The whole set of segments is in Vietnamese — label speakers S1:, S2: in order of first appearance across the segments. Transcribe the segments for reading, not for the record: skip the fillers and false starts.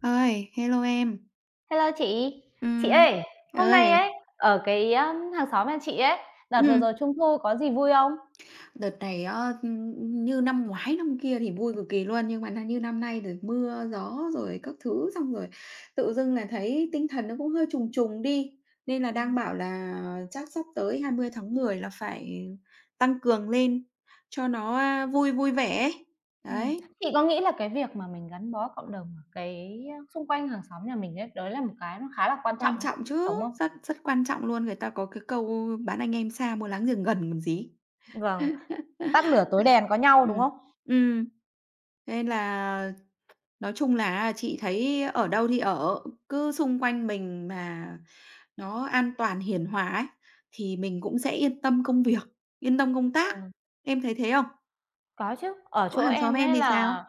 S1: Ơi, hello em.
S2: Hello chị. Chị
S1: Ừm.
S2: ơi, hôm nay
S1: Ơi,
S2: ấy, ở cái, á, hàng xóm nhà chị ấy, đợt vừa
S1: ừm,
S2: rồi Trung thu có gì vui không?
S1: đợt này á, như năm ngoái năm kia thì vui cực kỳ luôn, nhưng mà như năm nay rồi mưa gió rồi các thứ, xong rồi tự dưng là thấy tinh thần nó cũng hơi trùng trùng đi, nên là đang
S2: Ừm.
S1: bảo là chắc sắp tới 20 tháng 10 là phải tăng cường lên cho nó, vui vui vẻ ấy.
S2: Ừm,
S1: Đấy,
S2: chị có nghĩ là cái việc mà mình gắn bó cộng đồng ở cái, á, xung quanh hàng xóm nhà mình ấy, đấy là một cái nó khá là quan trọng
S1: quan
S2: trong cuộc
S1: trọng chứ,
S2: sống không?
S1: rất rất quan trọng luôn, người ta có cái câu "Bán anh em xa, mua láng giềng gần" còn gì.
S2: Vâng, tắt lửa tối đèn có nhau, đúng
S1: Ừm,
S2: không?
S1: ừm. Thế là nói chung là chị thấy ở đâu thì ở, cứ xung quanh mình mà nó an toàn hiền hòa ấy, thì mình cũng sẽ yên tâm công việc, yên tâm công tác. Em thấy thế không?
S2: Có chứ, ở
S1: Chỗ
S2: chỗ
S1: hàng xóm
S2: em
S1: em
S2: ấy
S1: thì sao?
S2: là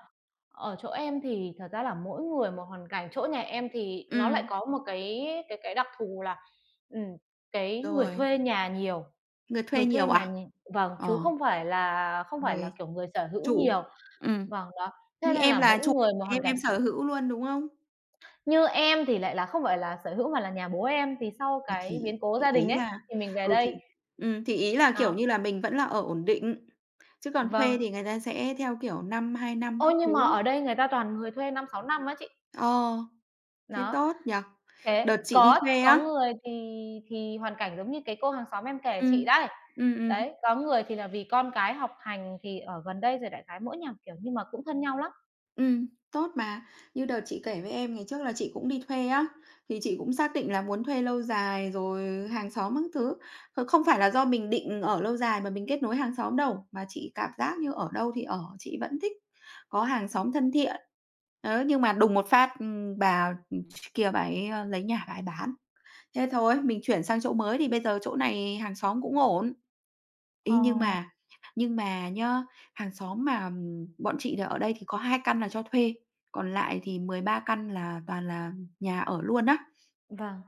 S2: ở chỗ em thì thật ra là mỗi người một hoàn cảnh, chỗ nhà em thì nó lại
S1: Ừm,
S2: có một cái đặc thù là, ừm, cái người
S1: rồi,
S2: thuê nhà nhiều.
S1: người
S2: Người
S1: thuê
S2: thuê
S1: nhiều
S2: nhà
S1: à?
S2: nh vâng, chứ
S1: Ờ,
S2: không phải là,
S1: người
S2: kiểu, người sở hữu
S1: chủ.
S2: nhiều.
S1: Ừm,
S2: Vâng, đó, thế
S1: nhưng
S2: nên
S1: em
S2: là
S1: là
S2: mỗi
S1: chủ,
S2: người một hoàn
S1: em
S2: cảnh.
S1: em sở hữu luôn, đúng không?
S2: Như em thì lại là không phải là sở hữu mà là nhà bố em, thì sau
S1: À,
S2: cái
S1: thì
S2: biến cố
S1: thì
S2: gia đình
S1: ý
S2: ấy,
S1: là
S2: thì mình về
S1: ừ,
S2: đây.
S1: thì ý là, kiểu
S2: Đó,
S1: như là, mình vẫn là ở ổn định, chứ còn thuê
S2: vâng.
S1: thì người ta sẽ theo, kiểu, năm, 2 năm
S2: Ôi,
S1: các
S2: nhưng mà
S1: thứ.
S2: ở đây người ta toàn người thuê 5-6 năm á chị.
S1: Ờ, thế
S2: Đó,
S1: tốt nhỉ?
S2: thế
S1: Đợt chị đi
S2: có
S1: thuê
S2: có
S1: á,
S2: người thì hoàn cảnh giống như cái cô hàng xóm em kể
S1: ừm,
S2: chị đấy.
S1: ừm, ừm.
S2: Đấy, có người thì là vì con cái học hành thì ở gần đây rồi đại khái mỗi nhà một kiểu, nhưng mà cũng thân nhau lắm.
S1: Tốt mà. Như đợt chị kể với em ngày trước là chị cũng đi thuê á, thì chị cũng xác định là muốn thuê lâu dài rồi hàng xóm các thứ. Kh không phải là do mình định ở lâu dài mà mình kết nối hàng xóm đâu, mà chị cảm giác như ở đâu thì ở, chị vẫn thích có hàng xóm thân thiện. Đấy, nhưng mà đùng một phát, bà, kia bà ấy, lấy nhà bà ấy bán. Thế thôi, mình chuyển sang chỗ mới thì bây giờ chỗ này hàng xóm cũng ổn
S2: Ờ,
S1: ý nhưng mà nhá, hàng xóm mà, bọn chị là ở đây thì có 2 căn là cho thuê, còn lại thì 13 căn là toàn là nhà ở luôn á.
S2: vâng,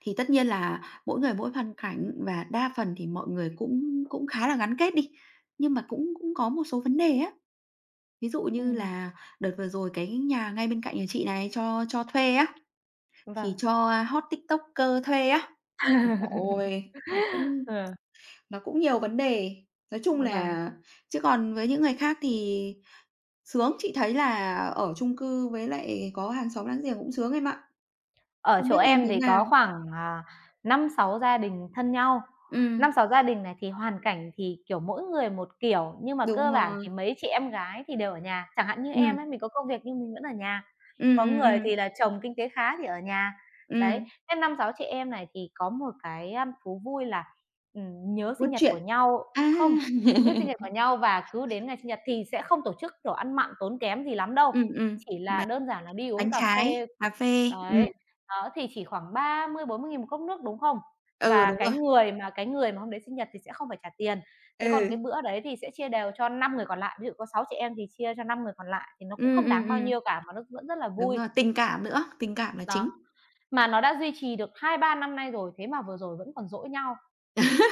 S1: Thì tất nhiên là mỗi người mỗi hoàn cảnh và đa phần thì mọi người cũng cũng khá là gắn kết đi, nhưng mà cũng cũng có một số vấn đề á. Ví dụ như
S2: ừm,
S1: là đợt vừa rồi cái nhà ngay bên cạnh nhà chị này cho thuê á, thì
S2: vâng.
S1: cho hot TikToker thuê á. Ôi trời ơi, nó cũng
S2: Ừ,
S1: nó cũng nhiều vấn đề, nói chung
S2: và
S1: là chứ còn với những người khác thì sướng, chị thấy là ở chung cư với lại có hàng xóm láng giềng cũng sướng em ạ.
S2: ở
S1: Không
S2: chỗ
S1: biết em
S2: em
S1: thế
S2: thì có
S1: nào?
S2: khoảng, 5-6 gia đình thân nhau. Năm
S1: Ừm,
S2: sáu gia đình này thì hoàn cảnh thì, kiểu, mỗi người một kiểu, nhưng mà
S1: đúng
S2: cơ bản
S1: rồi,
S2: thì mấy chị em gái thì đều ở nhà. Chẳng hạn như em
S1: ừm,
S2: ấy, mình có công việc nhưng mình vẫn ở nhà.
S1: ừm,
S2: Có
S1: ừm,
S2: người
S1: ừm,
S2: thì là chồng kinh tế khá thì ở nhà. Đấy,
S1: ừm,
S2: thế 5 6 chị em này thì có một cái, thú vui là, nhớ sinh
S1: buôn
S2: nhật
S1: chuyện.
S2: của nhau
S1: À,
S2: không, biết sinh nhật của nhau và cứ đến ngày sinh nhật thì sẽ không tổ chức kiểu ăn mặn tốn kém gì lắm đâu,
S1: ừm, ừm,
S2: chỉ là
S1: mà
S2: đơn giản là đi uống
S1: bánh
S2: cà
S1: trái,
S2: phê.
S1: cà phê,
S2: Đấy, đó, thì chỉ khoảng 30-40 nghìn một cốc nước, đúng không?
S1: ừ,
S2: Và
S1: đúng
S2: cái
S1: rồi,
S2: người mà cái người mà hôm đấy sinh nhật thì sẽ không phải trả tiền. Thế còn cái
S1: ừ,
S2: bữa đấy thì sẽ chia đều cho 5 người còn lại, ví dụ có 6 chị em thì chia cho 5 người còn lại thì nó cũng
S1: ừm,
S2: không
S1: ừm,
S2: đáng bao
S1: ừm,
S2: nhiêu cả mà nó vẫn rất là
S1: đúng
S2: vui.
S1: rồi, tình cảm nữa, tình cảm là
S2: Đó,
S1: chính.
S2: mà nó đã duy trì được 2-3 năm nay rồi, thế mà vừa rồi vẫn còn dỗi nhau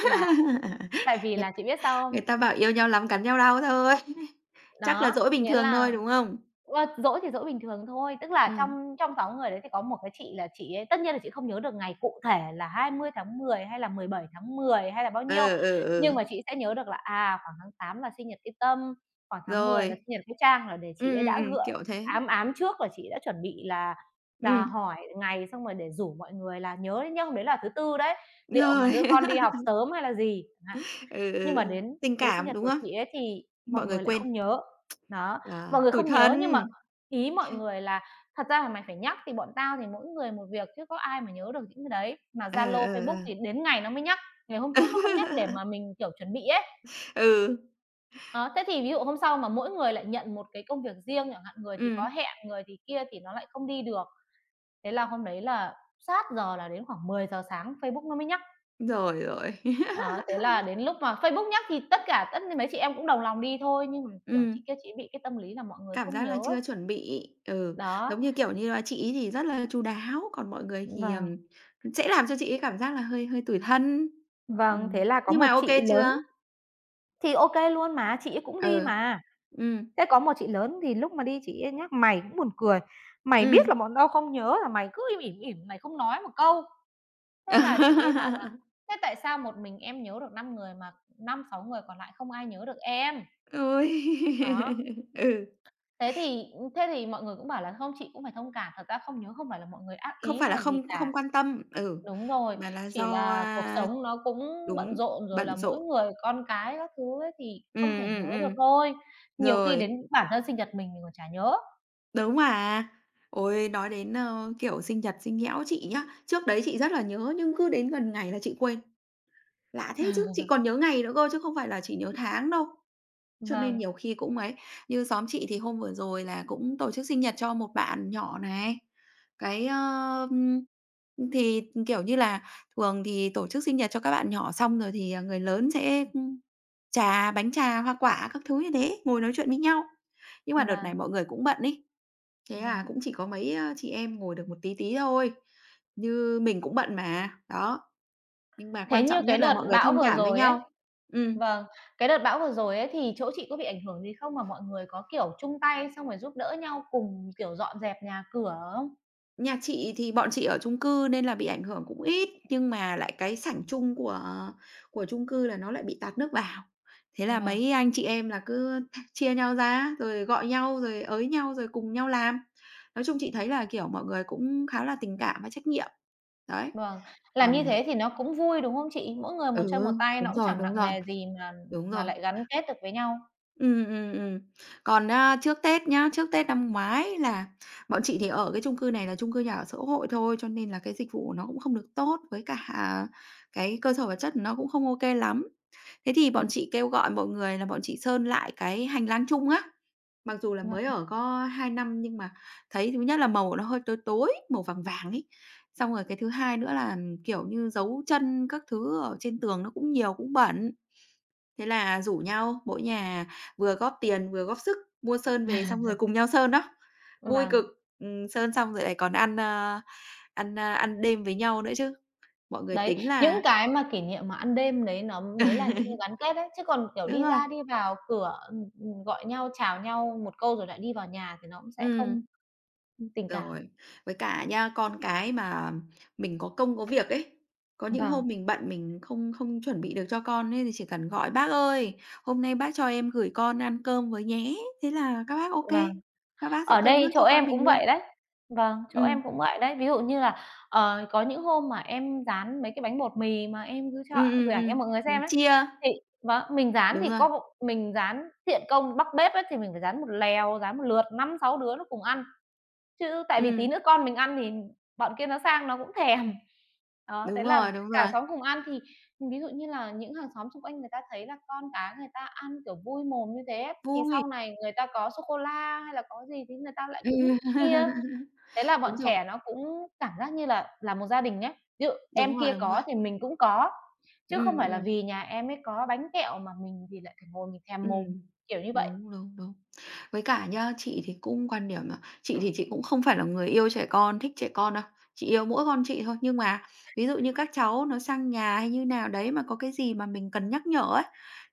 S2: là tại vì
S1: Người
S2: là chị biết sao không?
S1: người ta bảo yêu nhau lắm cắn nhau đau thôi, chắc là
S2: Đó,
S1: dỗi bình
S2: nghĩa
S1: thường
S2: là
S1: thôi, đúng không?
S2: ờ, giỗ thì dỗ bình thường thôi, tức là
S1: Ừm.
S2: trong trong 6 người đấy thì có một cái chị là chị ấy tất nhiên là chị không nhớ được ngày cụ thể là 20 tháng 10 hay là 17 tháng 10 hay là bao nhiêu,
S1: Ừ, ừ,
S2: nhưng
S1: ừ,
S2: mà chị sẽ nhớ được là, khoảng tháng 8 là sinh nhật cái Tâm, khoảng tháng 10 là sinh
S1: rồi.
S2: nhật cái Trang, là để chị ấy đã gượng
S1: Kiểu thế.
S2: ám ám trước là chị đã chuẩn bị là
S1: Ừm,
S2: hỏi ngày xong rồi để rủ mọi người là nhớ đấy nhá, hôm đấy là thứ Tư đấy, liệu mà
S1: rồi.
S2: đưa con đi học sớm hay là gì.
S1: Ừ, ừ,
S2: Nhưng mà
S1: ừ.
S2: đến
S1: Tình
S2: đến sinh
S1: cảm,
S2: nhật
S1: đúng
S2: của
S1: không?
S2: chị ấy thì mọi
S1: Mọi người
S2: người lại
S1: quên.
S2: không nhớ. Đó,
S1: Ờ,
S2: mọi người
S1: tủi
S2: không nhớ
S1: thân.
S2: nhưng mà ý mọi người là "Thật ra là mày phải nhắc thì bọn tao thì mỗi người một việc chứ có ai mà nhớ được những cái đấy." Mà
S1: Ờ,
S2: Zalo,
S1: ờ,
S2: Facebook
S1: ờ.
S2: thì đến ngày nó mới nhắc, ngày hôm trước nó không nhắc để mà mình, kiểu, chuẩn bị ấy.
S1: Ừ,
S2: Đó, thế thì ví dụ hôm sau mà mỗi người lại nhận một cái công việc riêng chẳng hạn, người thì có
S1: ừm,
S2: hẹn, người thì kia thì nó lại không đi được. Thế là hôm đấy là sát giờ là đến khoảng 10 giờ sáng Facebook nó mới nhắc.
S1: rồi, rồi.
S2: Đó, thế là đến lúc mà Facebook nhắc thì tất cả mấy chị em cũng đồng lòng đi thôi, nhưng mà, kiểu, chị
S1: Ừm,
S2: kia chị bị cái tâm lý là mọi người
S1: cảm
S2: không
S1: giác
S2: nhớ
S1: là
S2: ấy.
S1: chưa chuẩn bị. Ừ,
S2: Đó.
S1: giống như, kiểu như là, chị ấy thì rất là chu đáo, còn mọi người thì,
S2: Vâng,
S1: sẽ làm cho chị ấy cảm giác là hơi hơi tủi thân.
S2: vâng,
S1: Ừm,
S2: thế là có
S1: nhưng mà
S2: một
S1: ok
S2: chị lớn
S1: chưa?
S2: thì ô kê luôn mà, chị ấy cũng đi
S1: Ừ.
S2: mà.
S1: Ừm,
S2: Thế có một chị lớn thì lúc mà đi chị ấy nhắc "Mày cũng buồn cười, mày biết
S1: ừm.
S2: là bọn tao không nhớ là mày cứ im ỉm, mày không nói một câu." Thế là chị ấy bảo là "Thế tại sao một mình em nhớ được 5 người mà 5 6 người còn lại không ai nhớ được em?"
S1: Ôi!
S2: Đó.
S1: Ừ,
S2: Thế thì thế thì mọi người cũng bảo là "Không, chị cũng phải thông cảm, thật ra không nhớ không phải là mọi người ác
S1: không
S2: ý
S1: phải
S2: hay
S1: là
S2: là gì
S1: không
S2: cả."
S1: không quan tâm, ừ,
S2: Đúng rồi,
S1: mà là
S2: chỉ
S1: do,
S2: là cuộc sống nó cũng bận
S1: đúng,
S2: rộn rồi
S1: bận
S2: là mỗi
S1: rộn.
S2: người con cái các thứ ấy thì
S1: Ừ
S2: không thể
S1: ừ
S2: nhớ được
S1: ừ,
S2: thôi. Nhiều khi
S1: rồi,
S2: đến bản thân sinh nhật mình còn chả nhớ.
S1: đúng mà. Ôi, nói đến, kiểu, sinh nhật sinh nhẽo chị nhá, trước đấy chị rất là nhớ nhưng cứ đến gần ngày là chị quên. Lạ thế chứ, chị còn nhớ ngày nữa cơ chứ không phải là chỉ nhớ tháng đâu. Cho nên
S2: Vâng,
S1: nhiều khi cũng ấy, như xóm chị thì hôm vừa rồi là cũng tổ chức sinh nhật cho một bạn nhỏ này. Cái, ơ, ưm, thì, kiểu như là, thường thì tổ chức sinh nhật cho các bạn nhỏ xong rồi thì, người lớn sẽ, trà, bánh trà, hoa quả các thứ như thế, ngồi nói chuyện với nhau. Nhưng mà đợt này
S2: vâng,
S1: mọi người cũng bận ấy, thế là
S2: vâng.
S1: cũng chỉ có mấy, chị em ngồi được một tí tí thôi, như mình cũng bận mà. Đó, nhưng mà
S2: Thế
S1: quan
S2: như
S1: trọng
S2: cái
S1: nhất là
S2: đợt
S1: mọi người
S2: bão
S1: thông
S2: vừa
S1: cảm với
S2: rồi ấy
S1: nhau. Ừ.
S2: vâng, cái đợt bão vừa rồi ấy thì chỗ chị có bị ảnh hưởng gì không? Mà mọi người có, kiểu, chung tay xong rồi giúp đỡ nhau cùng, kiểu, dọn dẹp nhà cửa không?
S1: Nhà chị thì bọn chị ở chung cư nên là bị ảnh hưởng cũng ít, nhưng mà lại cái sảnh chung của chung cư là nó lại bị tạt nước vào. Thế là
S2: Vâng.
S1: mấy anh chị em là cứ chia nhau ra, rồi gọi nhau, rồi ới nhau, rồi cùng nhau làm. Nói chung chị thấy là, kiểu, mọi người cũng khá là tình cảm và trách nhiệm. Đấy,
S2: Vâng, làm
S1: còn
S2: như thế thì nó cũng vui, đúng không chị? Mỗi người một chân một
S1: ừ,
S2: tay nó
S1: đúng
S2: cũng
S1: rồi,
S2: chẳng
S1: đúng
S2: nặng
S1: rồi,
S2: nề gì
S1: đúng
S2: mà
S1: rồi.
S2: lại gắn kết được với nhau.
S1: Ừ, ừ. Còn, trước Tết nhá, trước Tết năm ngoái là bọn chị thì ở cái chung cư này là chung cư nhà ở xã hội thôi, cho nên là cái dịch vụ nó cũng không được tốt, với cả cái cơ sở vật chất nó cũng không ok lắm. Thế thì
S2: Ờ,
S1: bọn chị kêu gọi mọi người là bọn chị sơn lại cái hành lang chung á, mặc dù là mới
S2: vâng.
S1: ở có 2 năm nhưng mà thấy thứ nhất là màu nó hơi tối tối, màu vàng vàng ấy. Xong rồi cái thứ hai nữa là, kiểu như, dấu chân các thứ ở trên tường nó cũng nhiều, cũng bẩn. Thế là rủ nhau, mỗi nhà vừa góp tiền, vừa góp sức mua sơn về xong rồi cùng nhau sơn đó. Vui cực,
S2: Vâng,
S1: sơn xong rồi lại còn ăn đêm với nhau nữa chứ. Mọi người
S2: đấy,
S1: tính
S2: những
S1: là
S2: cái mà kỷ niệm mà ăn đêm đấy nó mới là những cái gắn kết đấy, chứ còn, kiểu,
S1: đúng
S2: đi
S1: rồi,
S2: ra đi vào cửa, gọi nhau, chào nhau một câu rồi lại đi vào nhà thì nó cũng sẽ
S1: ừm,
S2: không tình cảm.
S1: rồi. Với cả nha, con cái mà mình có công có việc ấy, có những
S2: Vâng,
S1: hôm mình bận mình không không chuẩn bị được cho con ấy thì chỉ cần gọi: "Bác ơi, hôm nay bác cho em gửi con ăn cơm với nhé." Thế là các bác ô
S2: vâng.
S1: kê, các bác sẽ
S2: Ở
S1: cơm
S2: đây
S1: nước
S2: chỗ
S1: cho con
S2: em
S1: mình
S2: cũng
S1: luôn.
S2: vậy đấy. Vâng, chỗ
S1: Ừm.
S2: em cũng vậy đấy. Ví dụ như là, có những hôm mà em dán mấy cái bánh bột mì mà em cứ cho gửi ảnh cho mọi người
S1: Mình
S2: xem đấy,
S1: chia,
S2: thì vâng, mình dán
S1: đúng
S2: thì
S1: rồi,
S2: có bộ- mình dán thiện công Bắc bếp ấy, thì mình phải dán một lèo, dán một lượt 5 6 đứa nó cùng ăn. Chứ tại vì tí
S1: ừm,
S2: nữa con mình ăn thì bọn kia nó sang nó cũng thèm. Đó, thế
S1: đúng
S2: là
S1: rồi, đúng
S2: cả
S1: rồi,
S2: xóm cùng ăn thì ví dụ như là những hàng xóm xung quanh người ta thấy là con cái người ta ăn, kiểu, vui mồm như thế ấy, thì
S1: vui,
S2: sau này người ta có sô cô la hay là có gì thì người ta lại cũng chia.
S1: ừ,
S2: Thế là bọn
S1: đúng rồi,
S2: trẻ nó cũng cảm giác như là một gia đình ấy. Ví dụ em
S1: đúng rồi,
S2: kia
S1: đúng rồi,
S2: có thì mình cũng có, chứ không
S1: ừm,
S2: phải là
S1: ừm,
S2: vì nhà em ấy có bánh kẹo mà mình thì lại phải ngồi mình thèm mồm,
S1: ừm,
S2: kiểu như vậy.
S1: đúng, đúng, đúng. Với cả nhá, chị thì cũng quan điểm là chị thì chị cũng không phải là người yêu trẻ con, thích trẻ con đâu, chị yêu mỗi con chị thôi, nhưng mà ví dụ như các cháu nó sang nhà hay như nào đấy mà có cái gì mà mình cần nhắc nhở ấy,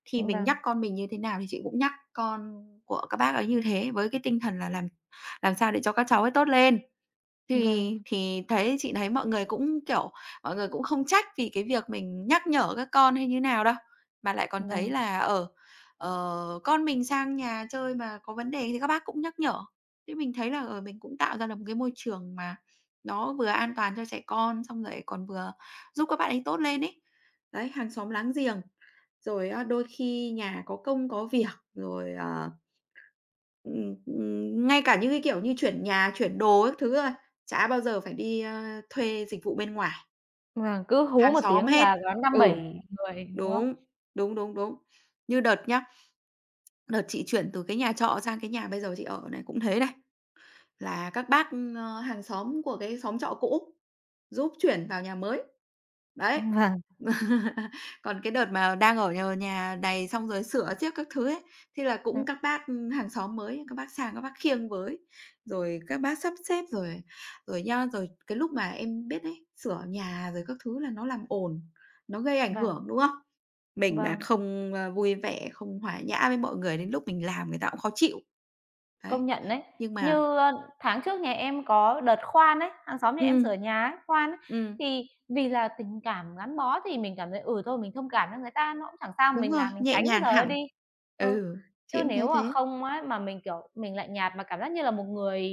S1: thì mình nhắc
S2: Vâng,
S1: con mình như thế nào thì chị cũng nhắc con của các bác ấy như thế với cái tinh thần là làm sao để cho các cháu ấy tốt lên.
S2: vâng,
S1: Thì thấy chị thấy mọi người cũng, kiểu, mọi người cũng không trách vì cái việc mình nhắc nhở các con hay như nào đâu, mà lại còn
S2: và
S1: thấy là, ờ, ờ, con mình sang nhà chơi mà có vấn đề thì các bác cũng nhắc nhở. Thế mình thấy là, ờ, mình cũng tạo ra được một cái môi trường mà nó vừa an toàn cho trẻ con, xong rồi còn vừa giúp các bạn ấy tốt lên ấy. Đấy, hàng xóm láng giềng, rồi á đôi khi nhà có công có việc, rồi, ờ ừm, ngay cả những cái, kiểu như, chuyển nhà, chuyển đồ các thứ thôi, chả bao giờ phải đi, thuê dịch vụ bên ngoài,
S2: Vâng, cứ hú
S1: hàng
S2: một
S1: xóm
S2: tiếng
S1: hết.
S2: là có năm
S1: Ừ,
S2: 7 người, đúng không?
S1: đúng, đúng, đúng, đúng. Như đợt nhá, đợt chị chuyển từ cái nhà trọ sang cái nhà bây giờ chị ở này cũng thế này. Là các bác, hàng xóm của cái xóm trọ cũ giúp chuyển vào nhà mới. Đấy.
S2: Vâng.
S1: Còn cái đợt mà đang ở nhờ nhà này xong rồi sửa xiếc các thứ ấy, thì là
S2: Ừm,
S1: cũng các bác, ừ, hàng xóm mới, các bác sang các bác khiêng với, rồi các bác sắp xếp rồi rồi nhau rồi cái lúc mà em biết đấy, sửa nhà rồi các thứ là nó làm ồn, nó gây ảnh
S2: vâng,
S1: hưởng, đúng không? Mình mà
S2: vâng,
S1: không, vui vẻ, không hòa nhã với mọi người đến lúc mình làm người ta cũng khó chịu. Đấy,
S2: công nhận đấy.
S1: nhưng mà
S2: Như, tháng trước nhà em có đợt khoan ấy, hàng xóm nhà em
S1: ừm.
S2: sửa nhà ấy, khoan ấy,
S1: Ừm.
S2: thì vì là tình cảm gắn bó thì mình cảm thấy, ừ, thôi mình thông cảm cho người ta nó cũng chẳng sao,
S1: Đúng
S2: mình
S1: rồi,
S2: làm mình
S1: nhẹ
S2: tránh cái
S1: nhàng
S2: giờ đó
S1: hẳn.
S2: đi. Ừ,
S1: Ừ, chị
S2: chứ
S1: cũng
S2: nếu
S1: thấy
S2: mà
S1: thế.
S2: không á, mà mình, kiểu, mình lạnh nhạt mà cảm giác như là một người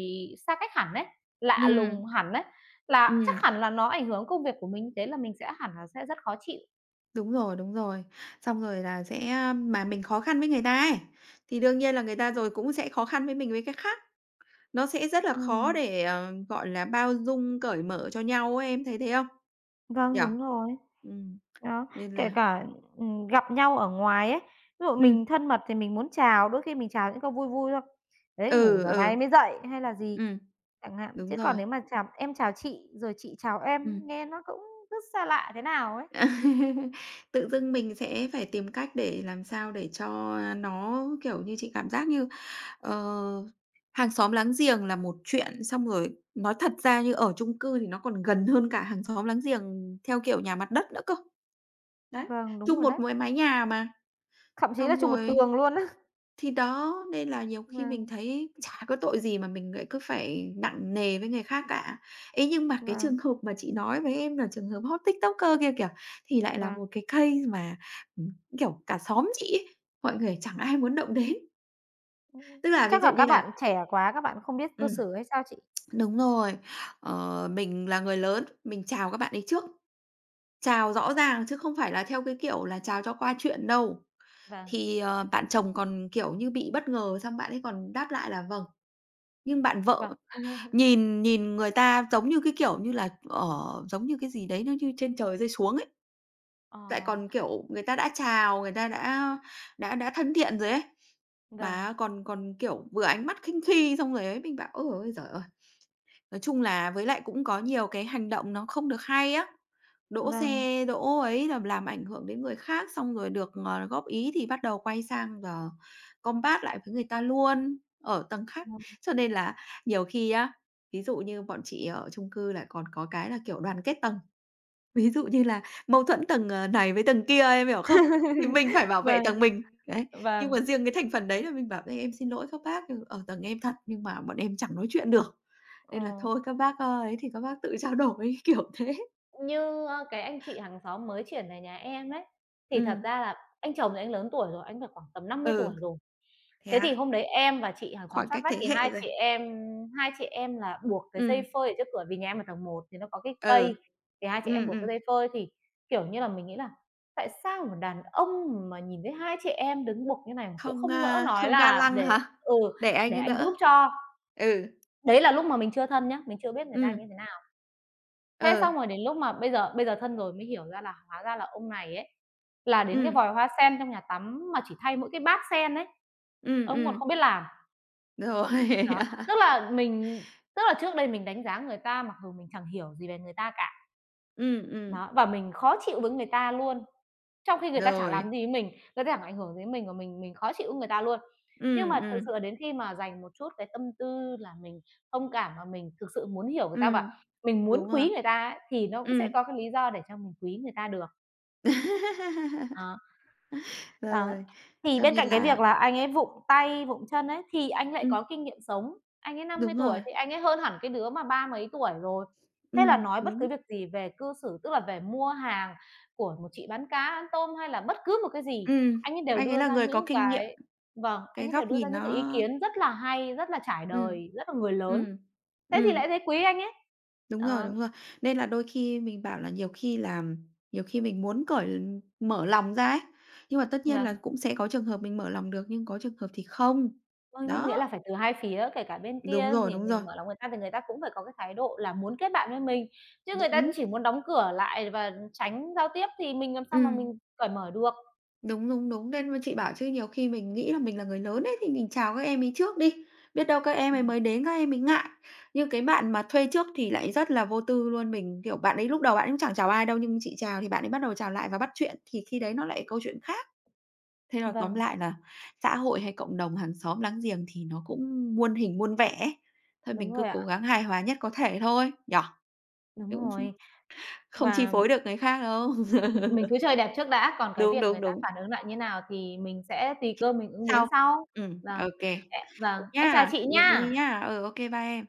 S2: xa cách hẳn ấy, lạ
S1: Ừm.
S2: lùng hẳn ấy, là chắc
S1: Ừm,
S2: hẳn là nó ảnh hưởng công việc của mình, thế là mình sẽ hẳn là sẽ rất khó chịu.
S1: đúng rồi, đúng rồi. Xong rồi là sẽ, mà mình khó khăn với người ta ấy, thì đương nhiên là người ta rồi cũng sẽ khó khăn với mình với cái khác. Nó sẽ rất là khó
S2: Ừm.
S1: để, ờ, gọi là, bao dung, cởi mở cho nhau ấy, em thấy thế không? Nhỉ?
S2: Vâng, đúng rồi.
S1: Ừm,
S2: Đó,
S1: nên
S2: kể
S1: là
S2: cả, gặp nhau ở ngoài ấy, ví dụ
S1: ừm,
S2: mình thân mật thì mình muốn chào, đôi khi mình chào những câu vui vui thôi. "Đấy, ngủ
S1: ừ,
S2: giờ này
S1: ừ.
S2: mới dậy" hay là gì
S1: Ừm,
S2: chẳng hạn. Chứ
S1: đúng
S2: còn
S1: rồi,
S2: nếu mà chào "Em chào chị", rồi "Chị chào em"
S1: ừm.
S2: nghe nó cũng rất xa lạ thế nào ấy.
S1: Tự dưng mình sẽ phải tìm cách để làm sao để cho, nó, kiểu như, chị cảm giác như, ờ, hàng xóm láng giềng là một chuyện, xong rồi nói thật ra như ở chung cư thì nó còn gần hơn cả hàng xóm láng giềng theo kiểu nhà mặt đất nữa cơ. Đấy,
S2: Vâng, đúng
S1: chung
S2: rồi
S1: một
S2: đấy.
S1: mái mái nhà mà,
S2: Thậm chí là
S1: xong
S2: chung một
S1: rồi
S2: tường luôn á.
S1: thì đó, nên là nhiều khi mình
S2: Vâng,
S1: thấy chả có tội gì mà mình lại cứ phải nặng nề với người khác cả. Ấy, nhưng mà cái
S2: vâng,
S1: trường hợp mà chị nói với em là trường hợp hot TikToker kia kìa, thì lại là
S2: vâng.
S1: một cái case mà, ừm, kiểu, cả xóm chị ấy, mọi người chẳng ai muốn động đến.
S2: Ừm,
S1: Tức là ví
S2: chắc
S1: dụ
S2: là các
S1: như là
S2: bạn trẻ quá, các bạn không biết cư
S1: ừm,
S2: xử hay sao chị?
S1: đúng rồi, mình là người lớn, mình chào các bạn ấy trước, chào rõ ràng chứ không phải là theo cái kiểu là chào cho qua chuyện đâu.
S2: Vâng,
S1: Thì, bạn chồng còn, kiểu như, bị bất ngờ xong bạn ấy còn đáp lại là "Vâng." Nhưng bạn vợ
S2: vâng.
S1: Nhìn nhìn người ta giống như cái, kiểu như là, giống như cái gì đấy nó như trên trời rơi xuống ấy,
S2: Ờ,
S1: lại còn, kiểu, người ta đã chào, người ta đã thân thiện rồi ấy,
S2: vâng.
S1: mà còn còn, kiểu, vừa ánh mắt khinh khi xong rồi ấy, mình bảo: "Ôi giời ơi! Nói chung là với lại cũng có nhiều cái hành động nó không được hay á, đỗ
S2: Vâng.
S1: xe đỗ ấy là làm ảnh hưởng đến người khác, xong rồi được, góp ý thì bắt đầu quay sang là combat lại với người ta luôn, ở tầng khác.
S2: Vâng.
S1: Cho nên là nhiều khi á, ví dụ như bọn chị ở chung cư lại còn có cái là, kiểu, đoàn kết tầng, ví dụ như là mâu thuẫn tầng, này với tầng kia, em hiểu không? Thì mình phải bảo vệ
S2: Vâng.
S1: tầng mình, đấy. Nhưng
S2: Vâng.
S1: mà riêng cái thành phần đấy là mình bảo: "Ê, em xin lỗi các bác, ừ, ở tầng em thật nhưng mà bọn em chẳng nói chuyện được." Nên là
S2: Ờ,
S1: thôi các bác, ấy thì các bác tự trao đổi, kiểu thế.
S2: như, cái anh chị hàng xóm mới chuyển về nhà em ấy, thì thật
S1: Ừm.
S2: ra là anh chồng thì anh lớn tuổi rồi, anh phải khoảng tầm 50 tuổi
S1: Ừ,
S2: rồi.
S1: thế
S2: Thế
S1: á?
S2: thì hôm đấy em và chị hàng xóm
S1: Khoảng
S2: sát
S1: cách
S2: vách
S1: thế
S2: thì
S1: hệ
S2: hai
S1: rồi.
S2: chị em hai chị em là buộc cái dây
S1: Ừm.
S2: phơi ở trước cửa, vì nhà em ở tầng một thì nó có cái cây,
S1: Ừ.
S2: thì hai chị em buộc cái
S1: Ừm.
S2: dây phơi thì, kiểu như là, mình nghĩ là tại sao một đàn ông mà nhìn thấy hai chị em đứng buộc như này mà cũng
S1: Không,
S2: không nỡ nói
S1: không ga
S2: là
S1: lăng
S2: để
S1: hả?
S2: ừ,
S1: Để
S2: để
S1: anh ấy
S2: anh giúp
S1: đỡ.
S2: cho.
S1: Ừ.
S2: Đấy là lúc mà mình chưa thân nhá, mình chưa biết người ta
S1: Ừm.
S2: như thế nào. Thế xong
S1: Ừ.
S2: rồi đến lúc mà bây giờ thân rồi mới hiểu ra là hóa ra là ông này ấy, là đến cái
S1: Ừm,
S2: vòi hoa sen trong nhà tắm mà chỉ thay mỗi cái bát sen ấy, ông còn không
S1: ừm.
S2: biết làm.
S1: Rồi.
S2: Đó, tức là mình tức là trước đây mình đánh giá người ta mặc dù mình chẳng hiểu gì về người ta cả.
S1: Ừm.
S2: Đó, và mình khó chịu với người ta luôn, trong khi người ta chẳng làm
S1: Rồi.
S2: gì với mình, người ta chẳng ảnh hưởng đến mình và mình khó chịu với người ta luôn. Nhưng
S1: Ừm,
S2: mà thực
S1: ừm,
S2: sự là đến khi mà dành một chút cái tâm tư là mình thông cảm và mình thực sự muốn hiểu người ta và
S1: ừm.
S2: mình muốn
S1: Đúng rồi.
S2: quý người ta ấy, thì nó cũng sẽ
S1: Ừm.
S2: có cái lý do để cho mình quý người ta được. Ờ. Đó,
S1: Rồi,
S2: thì
S1: cho
S2: bên
S1: nên
S2: cạnh cái
S1: là
S2: việc là anh ấy vụng tay, vụng chân ấy, thì anh lại
S1: Ừm.
S2: có kinh nghiệm sống. Anh ấy năm mươi
S1: Đúng
S2: tuổi
S1: rồi,
S2: thì anh ấy hơn hẳn cái đứa mà ba mấy tuổi rồi. Thế là
S1: Ừm.
S2: nói bất cứ
S1: Đúng.
S2: việc gì về cư xử, tức là về mua hàng của một chị bán cá, bán tôm hay là bất cứ một cái gì,
S1: Ừm,
S2: anh ấy đều
S1: anh ấy
S2: đưa
S1: là
S2: ra
S1: người có
S2: những
S1: kinh nghiệm.
S2: cái vâng, anh
S1: Cái
S2: ấy đều
S1: góc
S2: đưa ra
S1: nhìn
S2: những cái ý
S1: nó
S2: kiến rất là hay, rất là trải
S1: ừm,
S2: đời, rất là người lớn.
S1: ừm,
S2: Thế thì
S1: ừm,
S2: lại thấy quý anh ấy.
S1: đúng rồi,
S2: Đó,
S1: đúng rồi. Nên là đôi khi mình bảo là nhiều khi mình muốn cởi mở lòng ra ấy, nhưng mà tất nhiên là
S2: vâng.
S1: cũng sẽ có trường hợp mình mở lòng được, nhưng có trường hợp thì không.
S2: Vâng, nhưng nghĩa
S1: Đó,
S2: là phải từ hai phía, kể cả bên
S1: đúng
S2: kia
S1: rồi,
S2: thì
S1: đúng rồi,
S2: mình mở lòng người ta thì người ta cũng phải có cái thái độ là muốn kết bạn với mình, chứ người ta
S1: đúng.
S2: chỉ muốn đóng cửa lại và tránh giao tiếp thì mình làm sao mà mình
S1: Ừm.
S2: cởi mở được.
S1: Đúng, đúng, đúng, nên mà chị bảo chứ nhiều khi mình nghĩ là mình là người lớn ấy, thì mình chào các em ấy trước đi, biết đâu các em ấy
S2: Vâng,
S1: mới đến các em ấy ngại. Nhưng cái bạn mà thuê trước thì lại rất là vô tư luôn, mình, kiểu, bạn ấy lúc đầu bạn ấy cũng chẳng chào ai đâu, nhưng chị chào thì bạn ấy bắt đầu chào lại và bắt chuyện, thì khi đấy nó lại câu chuyện khác. Thế là tóm
S2: vâng,
S1: lại là xã hội hay cộng đồng hàng xóm láng giềng thì nó cũng muôn hình muôn vẻ ấy, thôi
S2: đúng
S1: mình cứ
S2: rồi ạ,
S1: cố gắng hài hòa nhất có thể thôi, nhở. Chứ
S2: đúng
S1: cũng
S2: rồi.
S1: không chi
S2: Và
S1: phối được người khác đâu.
S2: Mình cứ chơi đẹp trước đã, còn cái
S1: Đúng,
S2: việc người
S1: đúng,
S2: ta
S1: đúng.
S2: phản ứng lại như nào thì mình sẽ tùy cơ mình ứng biến
S1: Sau.
S2: sau. Vâng,
S1: Ô kê.
S2: ê vâng,
S1: Vậy
S2: em chào
S1: nhá,
S2: chị
S1: chị đi
S2: nha.
S1: nhá. Ừ, ô kê, bye em.